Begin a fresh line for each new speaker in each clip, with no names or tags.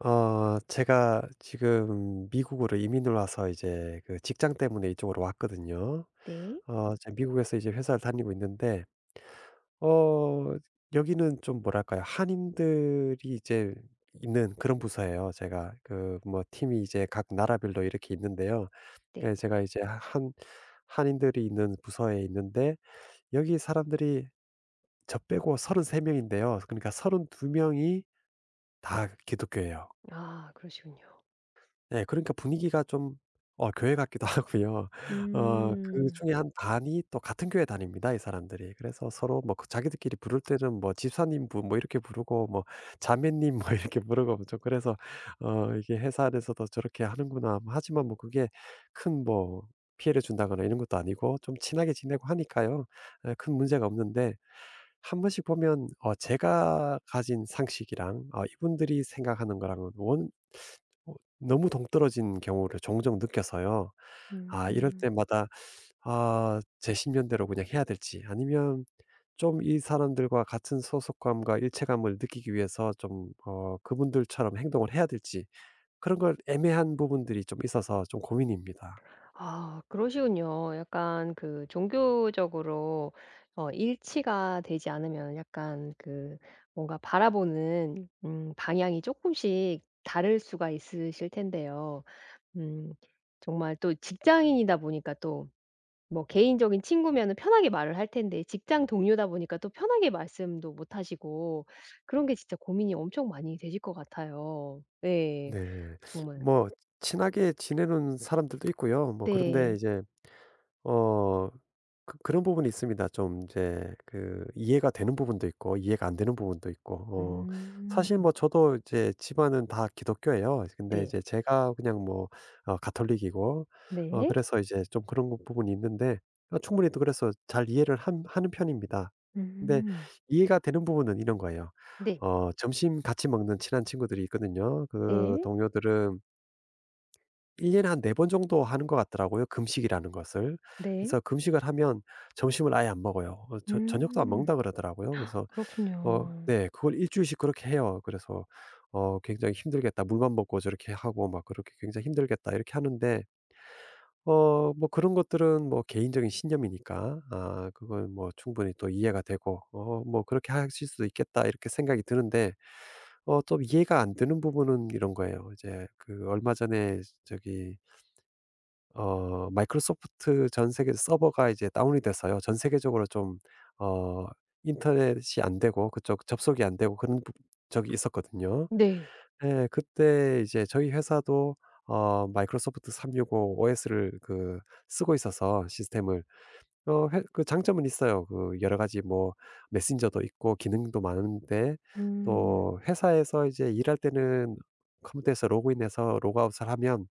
제가 지금 미국으로 이민을 와서 이제 그 직장 때문에 이쪽으로 왔거든요.
네.
제가 미국에서 이제 회사를 다니고 있는데 어 여기는 좀 뭐랄까요? 한인들이 이제 있는 그런 부서예요. 제가 그 뭐 팀이 이제 각 나라별로 이렇게 있는데요.
네.
그래서 제가 이제 한 한인들이 있는 부서에 있는데 여기 사람들이 저 빼고 33 명인데요. 그러니까 32 명이 다 기독교예요.
아 그러시군요.
네, 그러니까 분위기가 좀 교회 같기도 하고요.
음.
그중에 한 반이 또 같은 교회 다닙니다, 이 사람들이. 그래서 서로 뭐그 자기들끼리 부를 때는 뭐 집사님 분 뭐 이렇게 부르고 뭐 자매님 뭐 이렇게 부르고 좀 그래서 '어 이게 회사 안에서도 저렇게 하는구나.' 하지만 뭐 그게 큰 뭐 피해를 준다거나 이런 것도 아니고 좀 친하게 지내고 하니까요. 큰 문제가 없는데 한 번씩 보면 제가 가진 상식이랑 이분들이 생각하는 거랑은 원 어 너무 동떨어진 경우를 종종 느껴서요. 아 이럴
음.
때마다 아 제 신념대로 그냥 해야 될지, 아니면 좀 이 사람들과 같은 소속감과 일체감을 느끼기 위해서 좀 그분들처럼 행동을 해야 될지, 그런 걸 애매한 부분들이 좀 있어서 좀 고민입니다.
아 그러시군요. 약간 그 종교적으로 일치가 되지 않으면 약간 그 뭔가 바라보는 방향이 조금씩 다를 수가 있으실 텐데요. 음 정말 또 직장인이다 보니까 또 뭐 개인적인 친구면은 편하게 말을 할 텐데 직장 동료다 보니까 또 편하게 말씀도 못 하시고 그런 게 진짜 고민이 엄청 많이 되실 것 같아요. 네
네.
정말.
뭐 친하게 지내는 사람들도 있고요. 뭐 그런데
네.
이제 어 그런 부분이 있습니다. 좀 이제 그 이해가 되는 부분도 있고, 이해가 안 되는 부분도 있고.
음.
사실 뭐 저도 이제 집안은 다 기독교예요. 근데
네.
이제 제가 그냥 뭐 가톨릭이고
네.
그래서 이제 좀 그런 거 부분이 있는데 충분히 또 그래서 잘 이해를 하는 편입니다. 근데
음.
이해가 되는 부분은 이런 거예요.
네.
점심 같이 먹는 친한 친구들이 있거든요. 그
네.
동료들은 1 년에 한 4번 정도 하는 것 같더라고요, 금식이라는 것을.
네.
그래서 금식을 하면 점심을 아예 안 먹어요. 저녁도 안
음.
먹는다 그러더라고요. 그래서
그렇군요.
네, 그걸 일 주일씩 그렇게 해요. 그래서 굉장히 힘들겠다. 물만 먹고 저렇게 하고 막 그렇게 굉장히 힘들겠다 이렇게 하는데 뭐 그런 것들은 뭐 개인적인 신념이니까 아 그건 뭐 충분히 또 이해가 되고, 뭐 '그렇게 하실 수도 있겠다.' 이렇게 생각이 드는데 좀 이해가 안 되는 부분은 이런 거예요. 이제 그 얼마 전에 저기 마이크로소프트 전 세계 서버가 이제 다운이 돼서요. 전 세계적으로 좀 어 인터넷이 안 되고 그쪽 접속이 안 되고 그런 부 적이 있었거든요.
네.
예. 그때 이제 저희 회사도 마이크로소프트 365 OS를 그 쓰고 있어서 시스템을, 어 회 그 장점은 있어요. 그 여러 가지 뭐 메신저도 있고 기능도 많은데,
음.
또 회사에서 이제 일할 때는 컴퓨터에서 로그인해서 로그아웃을 하면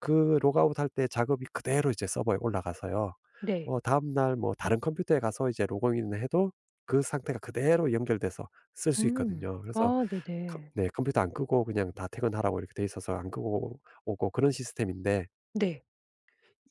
그 로그아웃 할 때 작업이 그대로 이제 서버에 올라가서요.
네.
다음 날 뭐 다른 컴퓨터에 가서 이제 로그인을 해도 그 상태가 그대로 연결돼서 쓸 수
음.
있거든요. 그래서
아
컴
네네.
네, 컴퓨터 안 끄고 그냥 다 퇴근하라고 이렇게 돼 있어서 안 끄고 오고 그런 시스템인데,
네.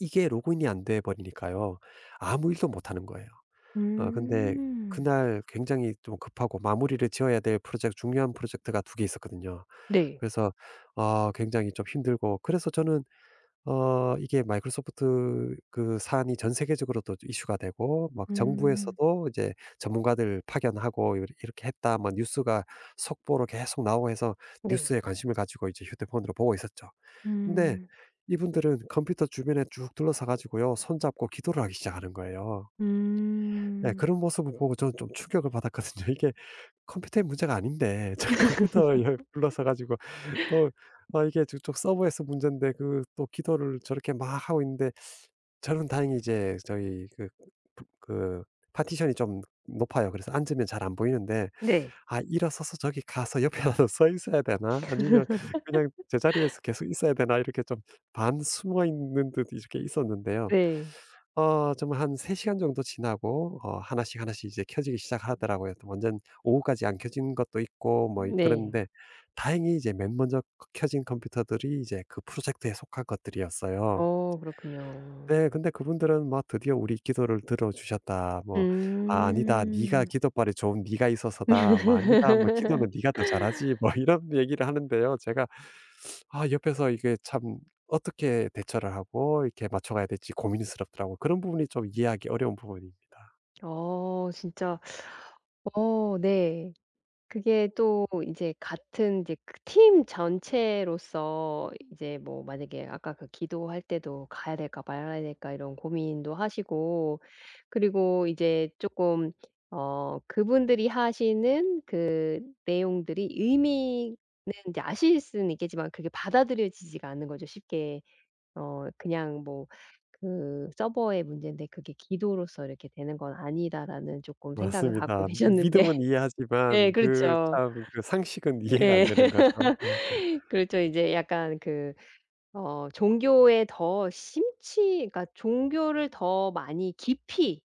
이게 로그인이 안 돼 버리니까요. 아무 일도 못 하는 거예요.
네.
근데
음.
그날 굉장히 좀 급하고 마무리를 지어야 될 프로젝트, 중요한 프로젝트가 두 개 있었거든요.
네.
그래서 아 굉장히 좀 힘들고, 그래서 저는 이게 마이크로소프트 그 사안이 전 세계적으로도 이슈가 되고 막
음.
정부에서도 이제 전문가들 파견하고 이렇게 했다." 막 뉴스가 속보로 계속 나오고 해서,
네.
뉴스에 관심을 가지고 이제 휴대폰으로 보고 있었죠. 근데
음.
이분들은 컴퓨터 주변에 쭉 둘러싸 가지고요, 손잡고 기도를 하기 시작하는 거예요. 예,
음.
그런 모습을 보고 저는 좀 충격을 받았거든요. 이게 컴퓨터의 문제가 아닌데 저 컴퓨터에 둘러싸 가지고, 또 아 이게 저쪽 서버에서 문젠데 그 또 기도를 저렇게 막 하고 있는데, 저는 다행히 이제 저희 그 부 그 파티션이 좀 높아요. 그래서 앉으면 잘 안 보이는데,
네.
'아 일어서서 저기 가서 옆에라도 서 있어야 되나? 아니면 그냥 제자리에서 계속 있어야 되나?' 이렇게 좀 반 숨어 있는 듯 이렇게 있었는데요.
네.
정말 한 3 시간 정도 지나고 하나씩, 하나씩 이제 켜지기 시작하더라고요. 또 완전 오후까지 안 켜진 것도 있고 뭐 이
네.
그랬는데, 다행히 이제 맨 먼저 켜 켜진 컴퓨터들이 이제 그 프로젝트에 속한 것들이었어요.
어 그렇군요.
네. 근데 그분들은 막 드디어 "우리 기도를 들어 주셨다." 뭐 "아 니다, 네가
음.
기도발에 좋은 네가 있어서다." 뭐 "아니다. 뭐 기도는 네가 더 잘하지." 뭐 이런 얘기를 하는데요. 제가 아 옆에서 이게 참 어떻게 대처를 하고 이렇게 맞춰가야 될지 고민스럽더라고요. 그런 부분이 좀 이해하기 어려운 부분입니다.
진짜 네. 그게 또 이제 같은 이제 그 팀 전체로서 이제 뭐 만약에 아까 그 기도할 때도 '가야 될까 말아야 될까.' 이런 고민도 하시고 그리고 이제 조금 그분들이 하시는 그 내용들이 의미는 이제 아실 수는 있겠지만 그게 받아들여지지가 않는 거죠 쉽게. 그냥 뭐 그 '서버의 문제인데 그게 기도로서 이렇게 되는 건 아니다.'라는 조금 생각을 갖고
맞습니다.
계셨는데
믿음은 이해하지만
네
그
그렇죠.
참 그 상식은 이해가 안
예.
되는 거죠. 네.
그렇죠. 이제 약간 그 종교에 더 심취 그러니까 종교를 더 많이 깊이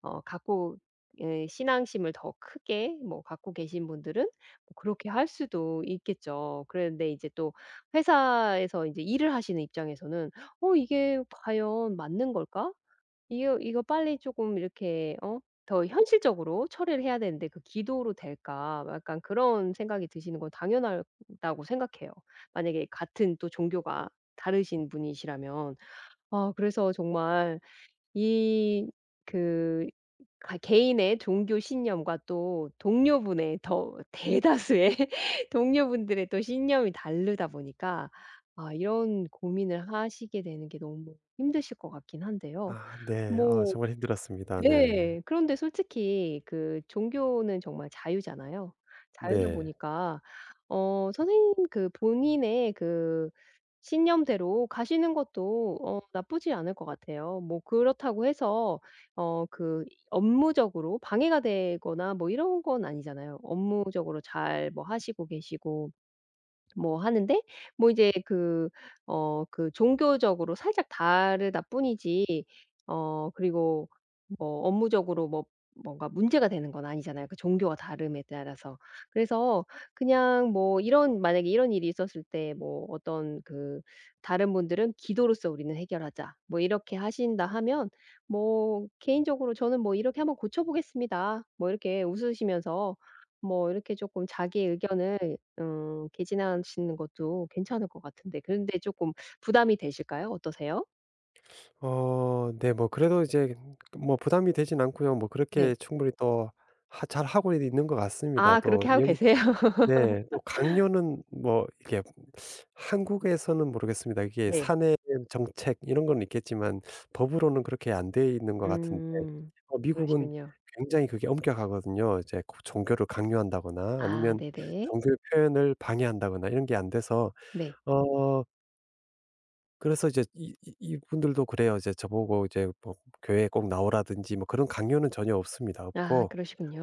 어 갖고 예 신앙심을 더 크게 뭐 갖고 계신 분들은 뭐 그렇게 할 수도 있겠죠. 그런데 이제 또 회사에서 이제 일을 하시는 입장에서는 '어 이게 과연 맞는 걸까?' 이거 이거 빨리 조금 이렇게 더 현실적으로 처리를 해야 되는데 '그 기도로 될까?' 뭐 약간 그런 생각이 드시는 건 당연하다고 생각해요. 만약에 같은 또 종교가 다르신 분이시라면. 아 그래서 정말 이 그 가 개인의 종교 신념과 또 동료분의 더 대다수의 동료분들의 또 신념이 다르다 보니까 아 이런 고민을 하시게 되는 게 너무 힘드실 것 같긴 한데요.
아 네. 아
뭐
정말 힘들었습니다. 네.
네. 그런데 솔직히 그 종교는 정말 자유잖아요. 자유다
네.
보니까 선생님 그 본인의 그 신념대로 가시는 것도 나쁘지 않을 것 같아요. 뭐 그렇다고 해서 어 그 업무적으로 방해가 되거나 뭐 이런 건 아니잖아요. 업무적으로 잘 뭐 하시고 계시고 뭐 하는데 뭐 이제 그 종교적으로 살짝 다르다 뿐이지 그리고 뭐 업무적으로 뭐 뭔가 문제가 되는 건 아니잖아요, 그 종교가 다름에 따라서. 그래서 그냥 뭐 이런 만약에 이런 일이 있었을 때 뭐 어떤 그 다른 분들은 "기도로써 우리는 해결하자." 뭐 이렇게 하신다 하면 뭐 개인적으로 저는 뭐 "이렇게 한번 고쳐 보겠습니다." 뭐 이렇게 웃으시면서 뭐 이렇게 조금 자기의 의견을 개진하시는 것도 괜찮을 것 같은데 그런데 조금 부담이 되실까요? 어떠세요?
네. 뭐 그래도 이제 뭐 부담이 되진 않고요. 뭐 그렇게
네.
충분히 또 하 잘하고 있는 것 같습니다.
아
또
그렇게 하고
여기.
계세요?
네. 또 강요는 뭐 이게, 한국에서는 모르겠습니다. 이게
네.
사내 정책 이런 건 있겠지만 법으로는 그렇게 안 돼 있는 것 같은데,
음.
미국은
그러시군요.
굉장히 그게 엄격하거든요. 이제 그 종교를 강요한다거나
아
아니면
네네.
종교의 표현을 방해한다거나 이런 게 안 돼서,
네.
어 그래서 이제 이 이 이분들도 그래요. 이제 저보고 이제 뭐 교회에 꼭 나오라든지 뭐 그런 강요는 전혀 없습니다.
아
없고,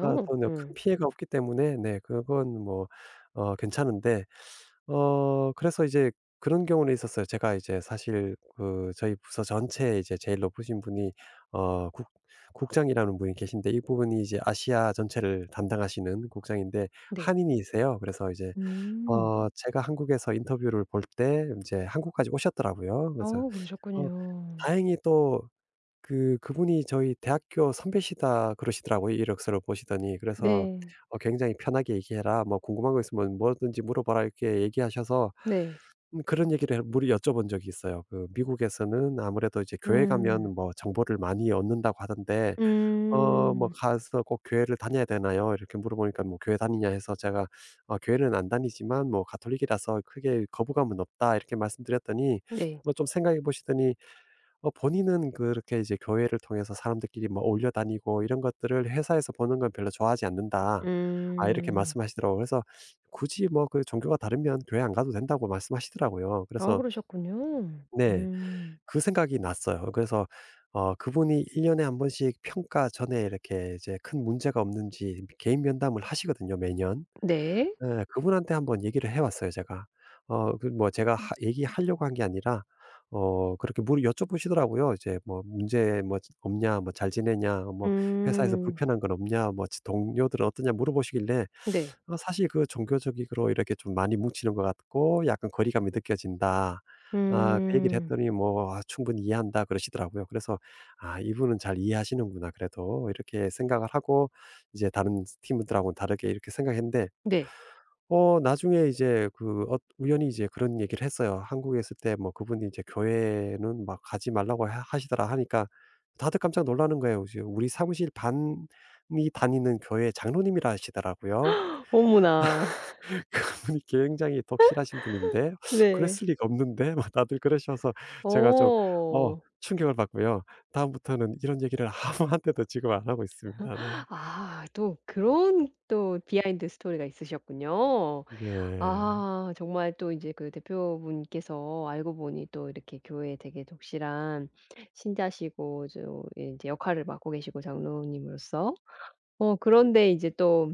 아 또 네 큰
음.
피해가 없기 때문에 네 그건 뭐 괜찮은데, 그래서 이제 그런 경우는 있었어요. 제가 이제 사실 그 저희 부서 전체에 이제 제일 높으신 분이 어 국 국장이라는 분이 계신데, 이분이 이제 아시아 전체를 담당하시는 국장인데
네.
한인이세요. 그래서 이제
음.
제가 한국에서 인터뷰를 볼 때 이제 한국까지 오셨더라고요. 그래서
어
어
그러셨군요.
다행히 또 그분이 저희 대학교 선배시다 그러시더라고요, 이력서를 보시더니. 그래서
네.
굉장히 "편하게 얘기해라. 뭐 궁금한 거 있으면 뭐든지 물어봐라." 이렇게 얘기하셔서,
네.
그런 얘기를 해 물어 여쭤본 적이 있어요. 그 미국에서는 아무래도 이제 교회
음.
가면 뭐 정보를 많이 얻는다고 하던데 뭐
음.
"가서 꼭 교회를 다녀야 되나요?" 이렇게 물어보니까, 뭐 "교회 다니냐?" 해서 제가 "어 교회는 안 다니지만 뭐 가톨릭이라서 크게 거부감은 없다." 이렇게 말씀드렸더니,
네.
뭐 좀 생각해 보시더니 본인은 그렇게 이제 교회를 통해서 사람들끼리 뭐 올려 다니고 이런 것들을 회사에서 보는 건 별로 좋아하지 않는다. 아 이렇게
음.
말씀하시더라고요. 그래서 굳이 뭐 그 종교가 다르면 교회 안 가도 된다고 말씀하시더라고요.
아
그래서
그러셨군요.
네.
음.
그 생각이 났어요. 그래서 그분이 일 년에 한 번씩 평가 전에 이렇게 이제 큰 문제가 없는지 개인 면담을 하시거든요, 매년.
네.
예. 그분한테 한번 얘기를 해 봤어요 제가. 그 뭐 제가 하 얘기하려고 한 게 아니라, 그렇게 물 여쭤보시더라고요. 이제 뭐 "문제 뭐 지 없냐? 뭐 잘 지내냐? 뭐 회사에서
음.
불편한 건 없냐? 뭐 지 동료들은 어떠냐?" 물어보시길래,
네.
사실 그 종교적으로 이렇게 좀 많이 뭉치는 것 같고 약간 거리감이 느껴진다, 아 그 얘기를
음.
했더니 뭐 "아 충분히 이해한다." 그러시더라고요. 그래서 '아 이분은 잘 이해하시는구나 그래도.' 이렇게 생각을 하고 이제 다른 팀들하고는 다르게 이렇게 생각했는데,
네.
나중에 이제 그 우연히 이제 그런 얘기를 했어요. 한국에 있을 때 뭐 그분이 이제 "교회는 막 가지 말라고 하 하시더라." 하니까, 다들 깜짝 놀라는 거예요. 이제 우리 사무실 반이 다니는 교회 장로님이라 하시더라고요.
어머나.
그분이 굉장히 독실하신 분인데
네.
"그랬을 리가 없는데." 막 다들 그러셔서, 제가 좀 어
어.
충격을 받고요. 다음부터는 이런 얘기를 아무한테도 지금 안 하고 있습니다. 네.
아 또 그런 또 비하인드 스토리가 있으셨군요.
네.
아 정말 또 이제 그 대표분께서 알고 보니 또 이렇게 교회에 되게 독실한 신자시고 좀이제 역할을 맡고 계시고 장로님으로서. 어 그런데 이제 또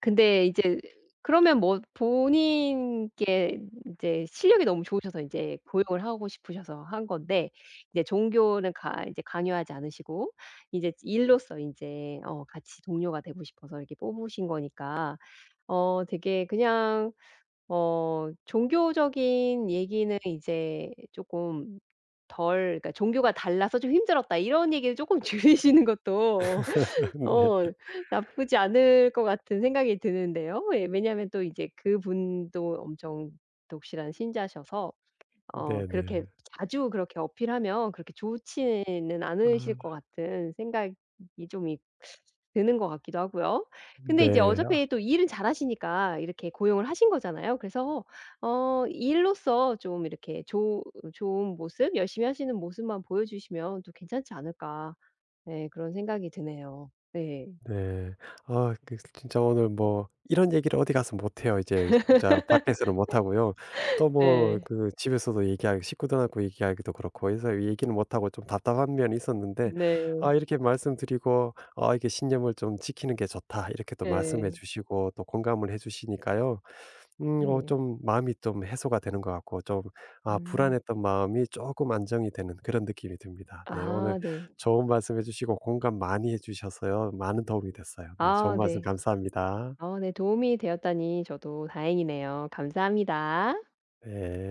근데 이제 그러면 뭐 본인께 이제 실력이 너무 좋으셔서 이제 고용을 하고 싶으셔서 한 건데 이제 종교는 가 이제 강요하지 않으시고 이제 일로서 인제 같이 동료가 되고 싶어서 이렇게 뽑으신 거니까 어 되게 그냥 어 종교적인 얘기는 이제 쪼끔 덜 그러니까 "종교가 달라서 좀 힘들었다." 이런 얘기를 쪼끔 줄이시는 것도
네.
어 나쁘지 않을 것 같은 생각이 드는데요. 예 왜냐하면 또 이제 그분도 엄청 독실한 신자셔서
네네.
그렇게 자주 그렇게 어필하면 그렇게 좋지는 않으실 것
아
같은 생각이 좀 있 드는 것 같기도 하고요. 근데 이제
네.
어차피 또 일은 잘하시니까 이렇게 고용을 하신 거잖아요. 그래서 일로서 좀 이렇게 좋 좋은 모습 열심히 하시는 모습만 보여주시면 또 괜찮지 않을까 네, 그런 생각이 드네요. 네.
네. 아 그 진짜 오늘 뭐 이런 얘기를 어디 가서 못 해요. 이제 진짜 밖에서는 못 하고요. 또 뭐
네.
그 집에서도 얘기하기, 식구들하고 얘기하기도 그렇고 해서 이 얘기는 못 하고 좀 답답한 면이 있었는데,
네.
아 이렇게 말씀드리고 "아 이게 신념을 좀 지키는 게 좋다." 이렇게 또 말씀해
예.
주시고 또 공감을 해 주시니까요,
네.
좀 마음이 좀 해소가 되는 것 같고 좀, 아
음.
불안했던 마음이 조금 안정이 되는 그런 느낌이 듭니다. 네, 오늘
아 네.
좋은 말씀해 주시고 공감 많이 해 주셔서요, 많은 도움이 됐어요. 네, 좋은
아
말씀
네.
감사합니다.
아 네 도움이 되었다니 저도 다행이네요. 감사합니다.
네.